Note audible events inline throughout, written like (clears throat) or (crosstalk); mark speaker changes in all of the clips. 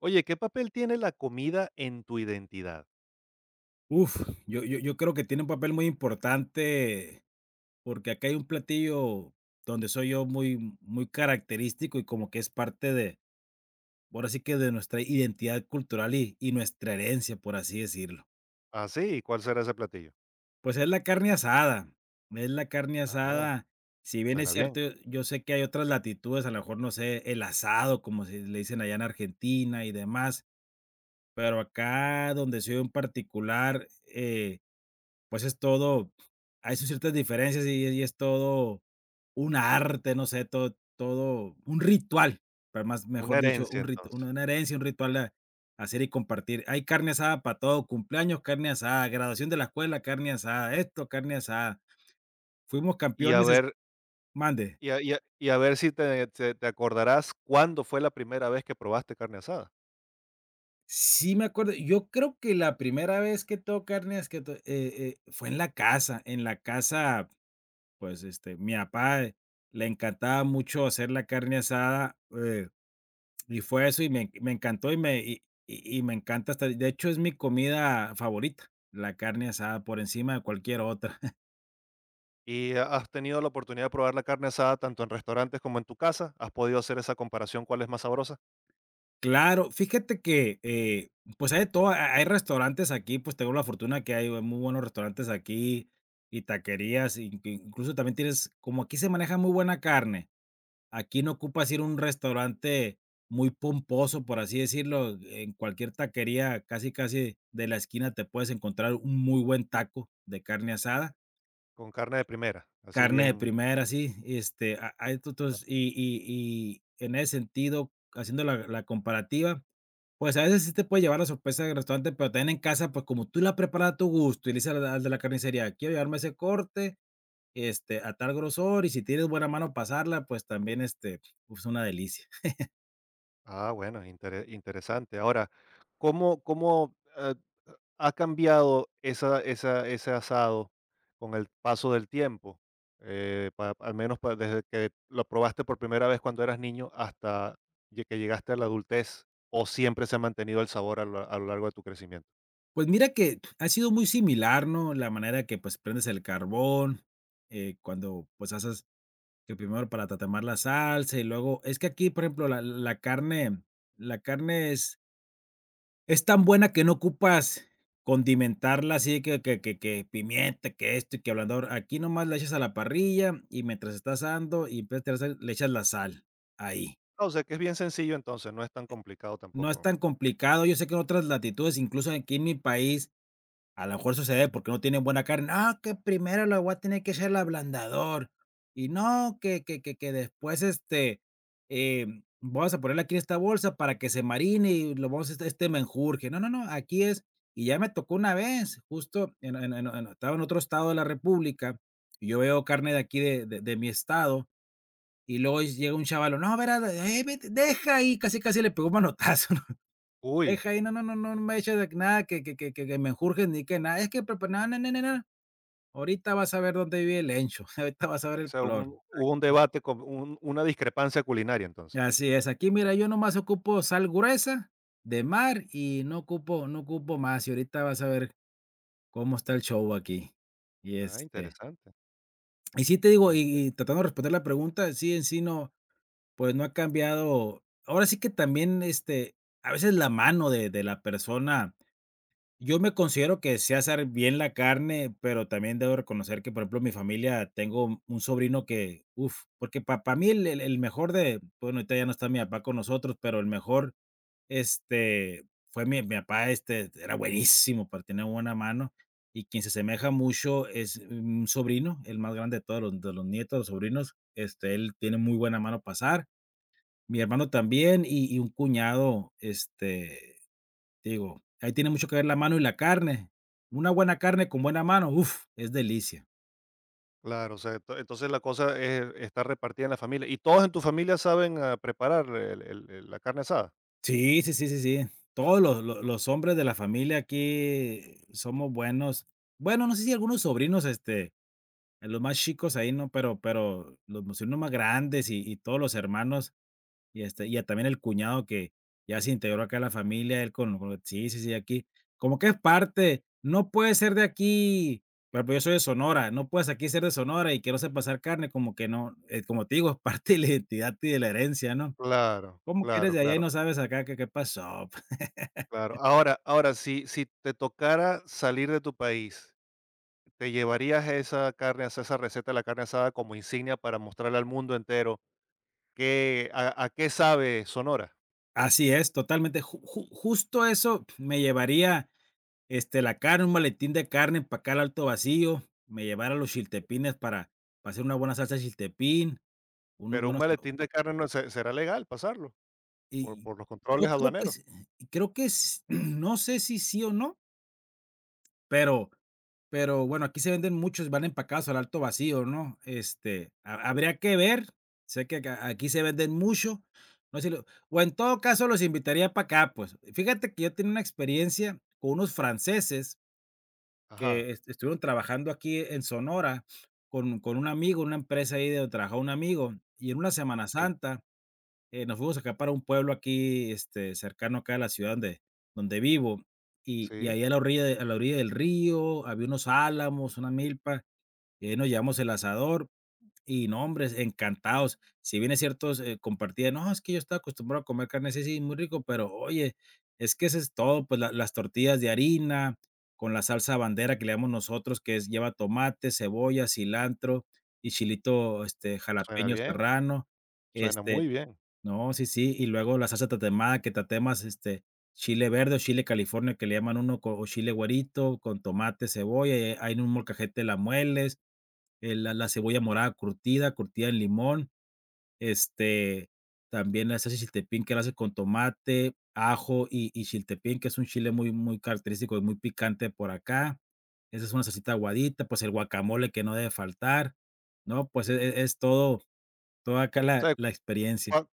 Speaker 1: Oye, ¿qué papel tiene la comida en tu identidad?
Speaker 2: Uf, yo creo que tiene un papel muy importante, porque acá hay un platillo donde soy yo muy muy característico y como que es parte de, ahora sí que de nuestra identidad cultural y nuestra herencia, por así decirlo.
Speaker 1: ¿Ah, sí? ¿Y cuál será ese platillo?
Speaker 2: Pues es la carne asada, es la carne
Speaker 1: Ah,
Speaker 2: asada. Si bien es
Speaker 1: suena bien.
Speaker 2: cierto, yo sé que hay otras latitudes, a lo mejor, no sé, el asado, como se le dicen allá en Argentina y demás, pero acá donde soy yo en particular, pues es todo, hay sus ciertas diferencias y es todo un arte, no sé, todo un ritual, para más mejor
Speaker 1: Una
Speaker 2: dicho,
Speaker 1: herencia,
Speaker 2: un rit
Speaker 1: entonces.
Speaker 2: una herencia, un ritual a hacer y compartir. Hay carne asada para todo: cumpleaños, carne asada; graduación de la escuela, carne asada; esto, carne asada. Fuimos
Speaker 1: Y a
Speaker 2: campeones es
Speaker 1: ver
Speaker 2: mande.
Speaker 1: y a ver si te acordarás cuándo fue la primera vez que probaste carne asada.
Speaker 2: Sí me acuerdo, yo creo que la primera vez que todo carne es que to fue en la casa, en la casa. Pues, este, mi papá, le encantaba mucho hacer la carne asada, y fue eso, y me encantó, y me encanta, hasta de hecho, es mi comida favorita, la carne asada por encima de cualquier otra. (laughs)
Speaker 1: ¿Y has tenido la oportunidad de probar la carne asada tanto en restaurantes como en tu casa? ¿Has podido hacer esa comparación, cuál es más sabrosa?
Speaker 2: Claro, fíjate que, pues, hay de todo, ha hay restaurantes aquí, pues, tengo la fortuna que hay muy buenos restaurantes aquí y taquerías, in incluso también tienes como aquí se maneja muy buena carne. Aquí no ocupas ir a un restaurante muy pomposo, por así decirlo. En cualquier taquería, casi, casi de la esquina te puedes encontrar un muy buen taco de carne asada,
Speaker 1: Con carne de primera, así
Speaker 2: carne de
Speaker 1: bien.
Speaker 2: primera, sí. Este, hay tutos y en ese sentido, haciendo la, la comparativa, pues a veces sí te puede llevar la sorpresa del restaurante, pero también en casa, pues como tú la preparas a tu gusto y le dices al, al de la carnicería, quiero llevarme ese corte, este, a tal grosor, y si tienes buena mano pasarla, pues también este, es una delicia.
Speaker 1: Ah, bueno, interesante. Ahora, ¿cómo, cómo ha cambiado ese asado con el paso del tiempo? Al menos desde que lo probaste por primera vez cuando eras niño hasta que llegaste a la adultez, o siempre se ha mantenido el sabor a lo largo de tu crecimiento.
Speaker 2: Pues mira que ha sido muy similar, ¿no? La manera que, pues, prendes el carbón, cuando, pues, haces que primero para tatemar la salsa y luego es que aquí, por ejemplo, la carne, la carne es tan buena que no ocupas condimentarla así que pimienta, que esto y que ablandador. Aquí nomás la echas a la parrilla y mientras está asando y empieza a tirar sal, le echas la sal, ahí.
Speaker 1: Ah, o sea, que es bien sencillo entonces, no es tan complicado
Speaker 2: No es
Speaker 1: tampoco.
Speaker 2: tan complicado. Yo sé que en otras latitudes, incluso aquí en mi país, a lo mejor sucede porque no tienen buena carne. No, que primero lo voy a tener que echar al ablandador. Y no, que después, este, vamos a ponerlo aquí en esta bolsa para que se marine y lo vamos a este menjurje. No, no, no, aquí es, y ya me tocó una vez, justo en estaba en otro estado de la república, y yo veo carne de aquí de mi estado, y luego llega un chaval: "No, verá, vete, deja ahí", casi, casi le pegó un manotazo.
Speaker 1: Uy,
Speaker 2: Deja ahí, no, no, no, no me eches de nada que me enjurjes ni que nada. Es que prepa na, na, na, na, na. Ahorita vas a ver dónde vive el encho. (laughs) Ahorita vas a ver
Speaker 1: o
Speaker 2: el
Speaker 1: sea,
Speaker 2: color.
Speaker 1: hubo un debate, con una discrepancia culinaria entonces.
Speaker 2: Así es, aquí mira, yo nomás ocupo sal gruesa de mar y no ocupo, no ocupo más, y ahorita vas a ver cómo está el show aquí. Y,
Speaker 1: Ah,
Speaker 2: este,
Speaker 1: interesante.
Speaker 2: y sí te digo, y tratando de responder la pregunta, sí, en sí no, pues, no ha cambiado. Ahora sí que también, este, a veces la mano de la persona. Yo me considero que sé hacer bien la carne, pero también debo reconocer que, por ejemplo, mi familia, tengo un sobrino que, uf, porque para mí el, el mejor de, bueno, ahorita ya no está mi papá con nosotros, pero el mejor, este, fue mi, mi papá, este, era buenísimo, para tener buena mano, y quien se asemeja mucho es un sobrino, el más grande de todos los, de los nietos, los sobrinos, este, él tiene muy buena mano pasar. Mi hermano también, y un cuñado, este, te digo, ahí tiene mucho que ver la mano y la carne. Una buena carne con buena mano, uf, es delicia.
Speaker 1: Claro, o sea, entonces la cosa es estar repartida en la familia. ¿Y todos en tu familia saben, ah, preparar la carne asada?
Speaker 2: Sí, sí, sí, sí, sí. Todos los hombres de la familia aquí somos buenos. Bueno, no sé si algunos sobrinos, este, los más chicos ahí, ¿no? Pero los sobrinos más grandes y todos los hermanos. Y, este, y también el cuñado que ya se integró acá a la familia, él con sí, sí, sí, aquí. Como que es parte, no puede ser de aquí, pero pues yo soy de Sonora, no puedes aquí ser de Sonora y que no sepas carne, como que no, como te digo, es parte de la identidad y de la herencia, ¿no?
Speaker 1: Claro,
Speaker 2: ¿Cómo que eres
Speaker 1: claro,
Speaker 2: de allá y
Speaker 1: claro,
Speaker 2: no sabes acá qué qué pasó? (laughs)
Speaker 1: claro. Ahora, ahora, si, si te tocara salir de tu país, ¿te llevarías esa carne asada, esa receta de la carne asada como insignia para mostrarle al mundo entero qué, a qué sabe Sonora?
Speaker 2: Así es, totalmente. Ju ju Justo eso me llevaría, este, la carne, un maletín de carne empacar al alto vacío, me llevara los chiltepines para hacer una buena salsa de chiltepín, unos
Speaker 1: Pero un
Speaker 2: buenos.
Speaker 1: maletín de carne no se- será legal pasarlo
Speaker 2: Y
Speaker 1: por los
Speaker 2: yo
Speaker 1: controles
Speaker 2: creo que
Speaker 1: aduaneros.
Speaker 2: s, y creo que s (clears throat) no sé si sí o no, pero pero bueno, aquí se venden muchos, van empacados al alto vacío, ¿no? Este, ha habría que ver, sé que a aquí se venden mucho, no sé si lo, o en todo caso los invitaría para acá, pues. Fíjate que yo tenía una experiencia con unos franceses que
Speaker 1: Ajá,
Speaker 2: estuvieron trabajando aquí en Sonora con un amigo, una empresa ahí de donde trabajaba un amigo, y en una Semana
Speaker 1: sí,
Speaker 2: Santa, nos fuimos acá para un pueblo aquí, este, cercano acá a la ciudad donde, donde vivo, y
Speaker 1: sí,
Speaker 2: ahí a la orilla, a la orilla del río había unos álamos, una milpa, y ahí nos llevamos el asador, y no, hombres, encantados. Si bien es cierto, compartían, no, es que yo estaba acostumbrado a comer carne, sí, sí, muy rico, pero oye, es que ese es todo, pues las tortillas de harina, con la salsa bandera que le damos nosotros, que es, lleva tomate, cebolla, cilantro y chilito este,
Speaker 1: suena
Speaker 2: jalapeño
Speaker 1: bien,
Speaker 2: serrano.
Speaker 1: suena
Speaker 2: Este,
Speaker 1: muy bien.
Speaker 2: no, sí, sí, y luego la salsa tatemada, que tatemas, este, chile verde o chile California, que le llaman uno, co o chile güerito, con tomate, cebolla, ahí en un molcajete la mueles, la cebolla morada curtida, curtida en limón, este, también la salsa chiltepín, que la hace con tomate, ajo y chiltepín, que es un chile muy muy característico y muy picante por acá. Esa es una salsita aguadita, pues, el guacamole que no debe faltar, ¿no? Pues, es todo toda acá la
Speaker 1: O sea,
Speaker 2: la experiencia.
Speaker 1: cua-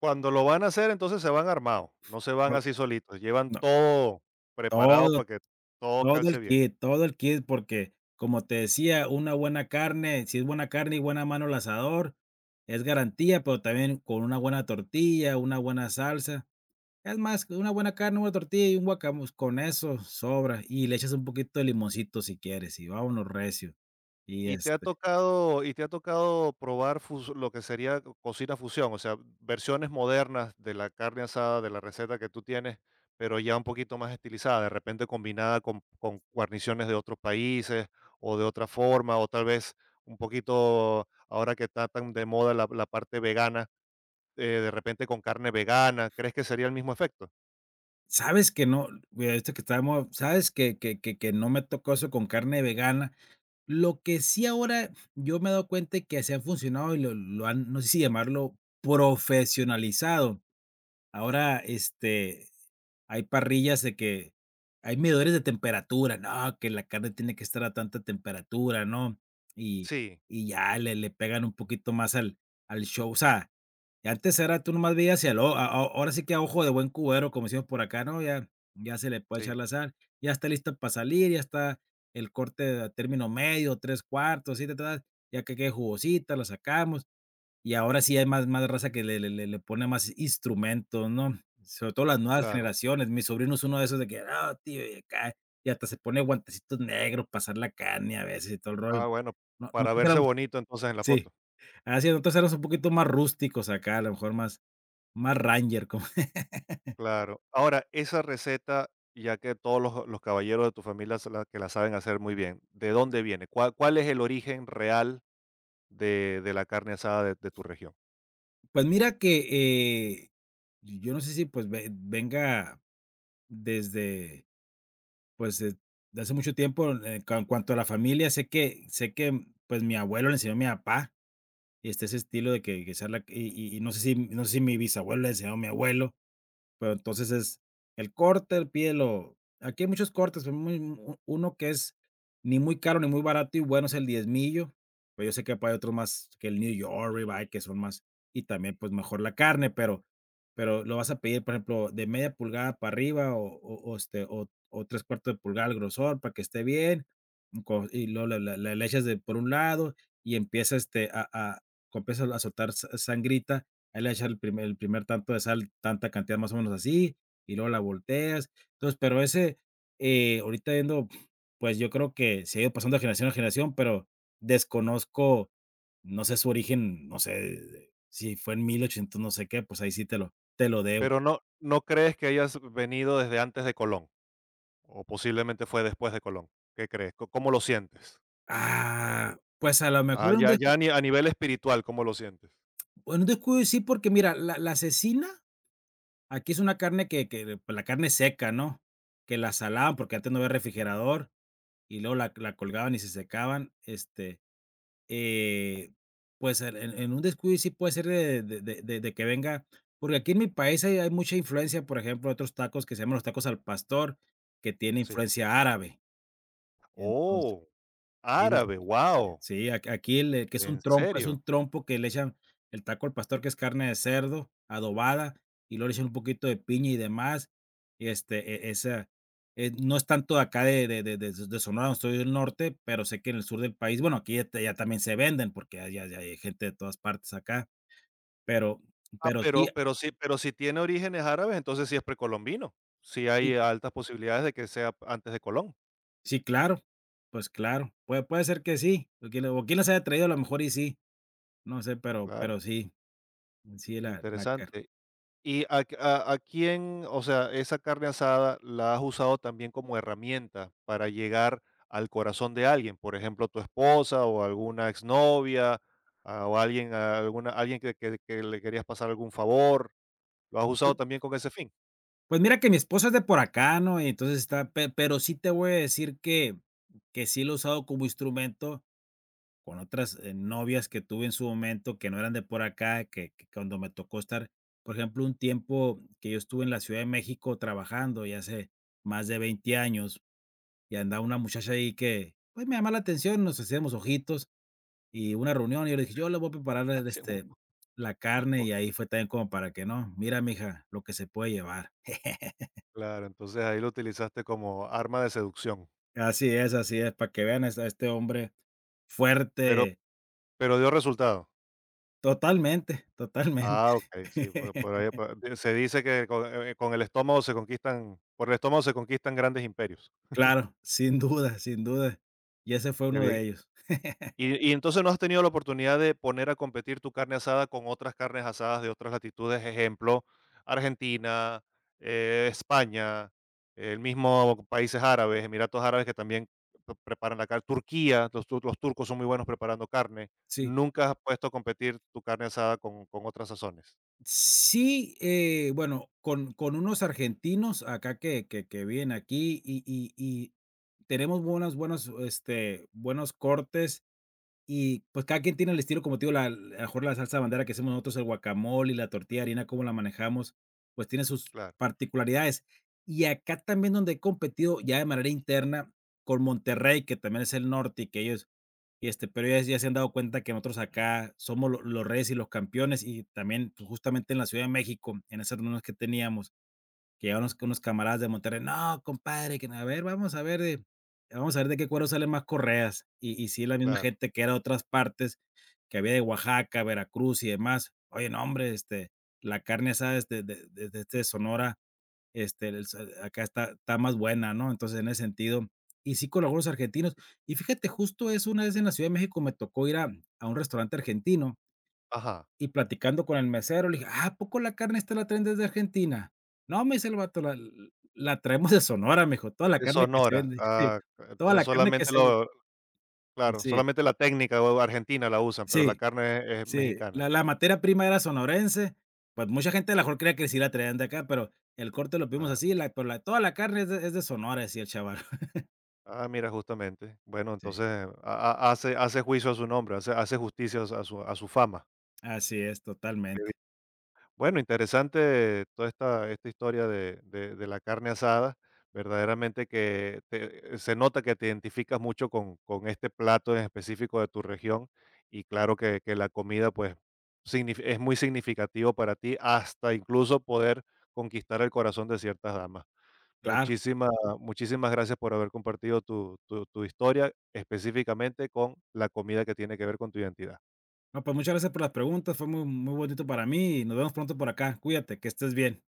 Speaker 1: cuando lo van a hacer, entonces se van armados, no se van
Speaker 2: No,
Speaker 1: así solitos, llevan
Speaker 2: no,
Speaker 1: todo preparado
Speaker 2: todo.
Speaker 1: para que todo calce bien.
Speaker 2: Todo el kit, porque, como te decía, una buena carne, si es buena carne y buena mano al asador, es garantía, pero también con una buena tortilla, una buena salsa. Es más, una buena carne, una tortilla y un guacamole, pues, con eso sobra. Y le echas un poquito de limoncito si quieres, y vámonos recio. Y,
Speaker 1: ¿Y te ha
Speaker 2: este,
Speaker 1: tocado y te ha tocado probar fus lo que sería cocina fusión? O sea, versiones modernas de la carne asada, de la receta que tú tienes, pero ya un poquito más estilizada, de repente combinada con guarniciones de otros países o de otra forma, o tal vez un poquito ahora que está tan de moda la parte vegana, de repente con carne vegana, ¿crees que sería el mismo efecto?
Speaker 2: sabes que no, mira, ahorita que estábamos, sabes que que no me tocó eso con carne vegana. Lo que sí ahora yo me he dado cuenta que se han funcionado y lo han, no sé si llamarlo profesionalizado. Ahora, este, hay parrillas de que hay medidores de temperatura, no, que la carne tiene que estar a tanta temperatura, ¿no? Y
Speaker 1: Sí.
Speaker 2: y ya le pegan un poquito más al al show, o sea, y antes era tú nomás veías y al o a ahora sí que a ojo de buen cubero, como decimos por acá, ¿no? Ya ya se le puede echar
Speaker 1: Sí,
Speaker 2: la sal, ya está lista para salir, ya está el corte a término medio, tres cuartos así, ta, ta, ta, ya que quede jugosita, la sacamos, y ahora sí hay más más raza que le pone más instrumentos, ¿no? Sobre todo las nuevas
Speaker 1: claro.
Speaker 2: generaciones. Mi sobrino es uno de esos de que: "No, tío", y acá, y hasta se pone guantecitos negros pasar la carne a veces y todo el rollo.
Speaker 1: Ah, bueno,
Speaker 2: No
Speaker 1: para
Speaker 2: nosotros
Speaker 1: verse
Speaker 2: éramos
Speaker 1: bonito entonces en la
Speaker 2: Sí.
Speaker 1: foto.
Speaker 2: Así nosotros éramos un poquito más rústicos acá, a lo mejor más ranger, como (laughs)
Speaker 1: Claro. Ahora, esa receta, ya que todos los caballeros de tu familia que la saben hacer muy bien, ¿de dónde viene? ¿Cuál, cuál es el origen real de la carne asada de tu región?
Speaker 2: Pues mira que, yo no sé si, pues, ve venga desde, pues, de hace mucho tiempo, ca en cuanto a la familia, sé que, pues, mi abuelo le enseñó a mi papá, este, ese estilo de que sea la. No sé si mi bisabuelo le enseñó a mi abuelo. Pero entonces es el corte, el pie lo aquí hay muchos cortes, pero muy u uno que es ni muy caro ni muy barato y bueno es el diezmillo, pero yo sé que hay otros más que el New York Ribeye que son más, y también, pues, mejor la carne, pero lo vas a pedir, por ejemplo, de media pulgada para arriba o, este, o 3/4 de pulgada al grosor para que esté bien, y luego la le echas de por un lado y empieza a soltar sa sangrita. Ahí le vas a echar el primer tanto de sal, tanta cantidad más o menos así, y luego la volteas. Entonces, pero ese, ahorita viendo, pues, yo creo que se ha ido pasando de generación a generación, pero desconozco, no sé su origen, no sé, si fue en 1800 no sé qué, pues, ahí sí te lo debo.
Speaker 1: Pero no, no crees que hayas venido desde antes de Colón, o posiblemente fue después de Colón. ¿Qué crees? ¿Cómo lo sientes?
Speaker 2: Ah, pues, a lo mejor
Speaker 1: Ah, ya, ya a a nivel espiritual, ¿cómo lo sientes?
Speaker 2: en un descuido sí, porque mira, la cecina, aquí es una carne que, pues, la carne seca, ¿no? Que la salaban porque antes no había refrigerador, y luego la colgaban y se secaban, este, eh, pues, en un descuido y sí puede ser de que venga, porque aquí en mi país hay mucha influencia, por ejemplo, otros tacos que se llaman los tacos al pastor, que tiene
Speaker 1: Sí.
Speaker 2: influencia árabe.
Speaker 1: Oh,
Speaker 2: Sí, sí,
Speaker 1: árabe,
Speaker 2: sí,
Speaker 1: wow.
Speaker 2: sí, ac aquí el, que es
Speaker 1: ¿En
Speaker 2: un trompo es un
Speaker 1: serio?
Speaker 2: trompo que le echan el taco al pastor, que es carne de cerdo adobada, y luego le echan un poquito de piña y demás, y no es tanto de acá de Sonora, donde estoy del norte, pero sé que en el sur del país, bueno, aquí ya también se venden, porque ya hay gente de todas partes acá, pero
Speaker 1: Ah,
Speaker 2: sí,
Speaker 1: pero sí pero si tiene orígenes árabes, entonces sí es precolombino. Sí hay
Speaker 2: sí,
Speaker 1: altas posibilidades de que sea antes de Colón,
Speaker 2: sí, claro, pues claro, puede ser que sí, o quién las haya traído, a lo mejor y sí, no sé, pero
Speaker 1: claro,
Speaker 2: sí, sí la carne.
Speaker 1: interesante. ¿Y a quién, o sea, esa carne asada la has usado también como herramienta para llegar al corazón de alguien? Por ejemplo, tu esposa o alguna exnovia, ah, o alguien alguna alguien que que le querías pasar algún favor, ¿lo has usado también con ese fin? (laughs)
Speaker 2: Pues mira que mi esposa es de por acá, ¿no? Y entonces está, pe pero sí te voy a decir que sí lo he usado como instrumento con otras novias que tuve en su momento, que no eran de por acá, que cuando me tocó estar, por ejemplo, un tiempo que yo estuve en la Ciudad de México trabajando, ya hace más de 20 años, y andaba una muchacha ahí que, pues, me llamaba la atención, nos hacíamos ojitos y una reunión, y yo le dije: "Yo le voy a preparar
Speaker 1: Ah, seguro.
Speaker 2: este, la carne", y ahí fue también como para que: "No, mira, mija, lo que se puede llevar".
Speaker 1: Claro, entonces ahí lo utilizaste como arma de seducción.
Speaker 2: Así es, para que vean, es a este hombre
Speaker 1: Pero
Speaker 2: fuerte,
Speaker 1: Pero dio resultado.
Speaker 2: totalmente, totalmente.
Speaker 1: Ah, okey, sí, por
Speaker 2: (laughs)
Speaker 1: ahí se dice que con el estómago se conquistan, por el estómago se conquistan grandes imperios.
Speaker 2: Claro, sin duda, sin duda. Y ese fue
Speaker 1: Qué
Speaker 2: uno
Speaker 1: bien.
Speaker 2: de ellos. (laughs)
Speaker 1: Y entonces, ¿no has tenido la oportunidad de poner a competir tu carne asada con otras carnes asadas de otras latitudes? Ejemplo, Argentina, España, el mismo países árabes, Emiratos Árabes, que también p preparan la carne. Turquía, los tu los turcos son muy buenos preparando carne.
Speaker 2: Sí.
Speaker 1: ¿Nunca has puesto a competir tu carne asada con otras sazones?
Speaker 2: Sí, bueno, con unos argentinos acá que vienen aquí y tenemos buenos cortes. Y, pues, cada quien tiene el estilo, como te digo, la a lo mejor la salsa bandera que hacemos nosotros, el guacamole y la tortilla de harina, cómo la manejamos, pues, tiene sus
Speaker 1: Claro,
Speaker 2: particularidades. Y acá también donde he competido ya de manera interna con Monterrey, que también es el norte y que ellos y, este, pero ellos ya se han dado cuenta que nosotros acá somos lo los reyes y los campeones, y también, pues, justamente en la Ciudad de México, en esas reuniones que teníamos, que llegaron unos camaradas de Monterrey: "No, compadre, que a ver, vamos a ver de qué cuero salen más correas". Y sí, la misma
Speaker 1: claro.
Speaker 2: gente que era de otras partes, que había de Oaxaca, Veracruz y demás. Oye, no, hombre, este, la carne asada es de este Sonora, este, el s acá está más buena, ¿no? Entonces, en ese sentido y sí con algunos argentinos. Y fíjate, justo es una vez en la Ciudad de México me tocó ir a un restaurante argentino
Speaker 1: Ajá.
Speaker 2: y platicando con el mesero, le dije: "Ah, ¿a poco la carne esta la traen desde Argentina?". No, me dice el vato, la traemos de Sonora, me dijo, toda la
Speaker 1: En
Speaker 2: carne que se
Speaker 1: Sonora,
Speaker 2: vende, (laughs) sí,
Speaker 1: ah,
Speaker 2: toda
Speaker 1: entonces
Speaker 2: la carne que
Speaker 1: solamente
Speaker 2: se vende,
Speaker 1: lo claro,
Speaker 2: sí,
Speaker 1: solamente la técnica o argentina la usan, pero la
Speaker 2: sí,
Speaker 1: carne es
Speaker 2: sí,
Speaker 1: mexicana,
Speaker 2: la materia prima era sonorense, pues mucha gente a lo mejor creía que sí la traían de acá, pero el corte lo vimos
Speaker 1: claro.
Speaker 2: así, la pero la toda la carne es de Sonora, decía el chaval. (laughs)
Speaker 1: Ah, mira, justamente. Bueno,
Speaker 2: Sí,
Speaker 1: entonces ha hace juicio a su nombre, hace justicia a su fama.
Speaker 2: así es, totalmente.
Speaker 1: Bueno, interesante toda esta, esta historia de, de la carne asada. Verdaderamente que se nota que te identificas mucho con este plato en específico de tu región y claro que la comida pues es muy significativo para ti hasta incluso poder conquistar el corazón de ciertas damas.
Speaker 2: Claro.
Speaker 1: Muchísimas, muchísimas gracias por haber compartido tu, tu tu historia específicamente con la comida que tiene que ver con tu identidad.
Speaker 2: No, pues muchas gracias por las preguntas, fue muy muy bonito para mí y nos vemos pronto por acá. Cuídate, que estés bien.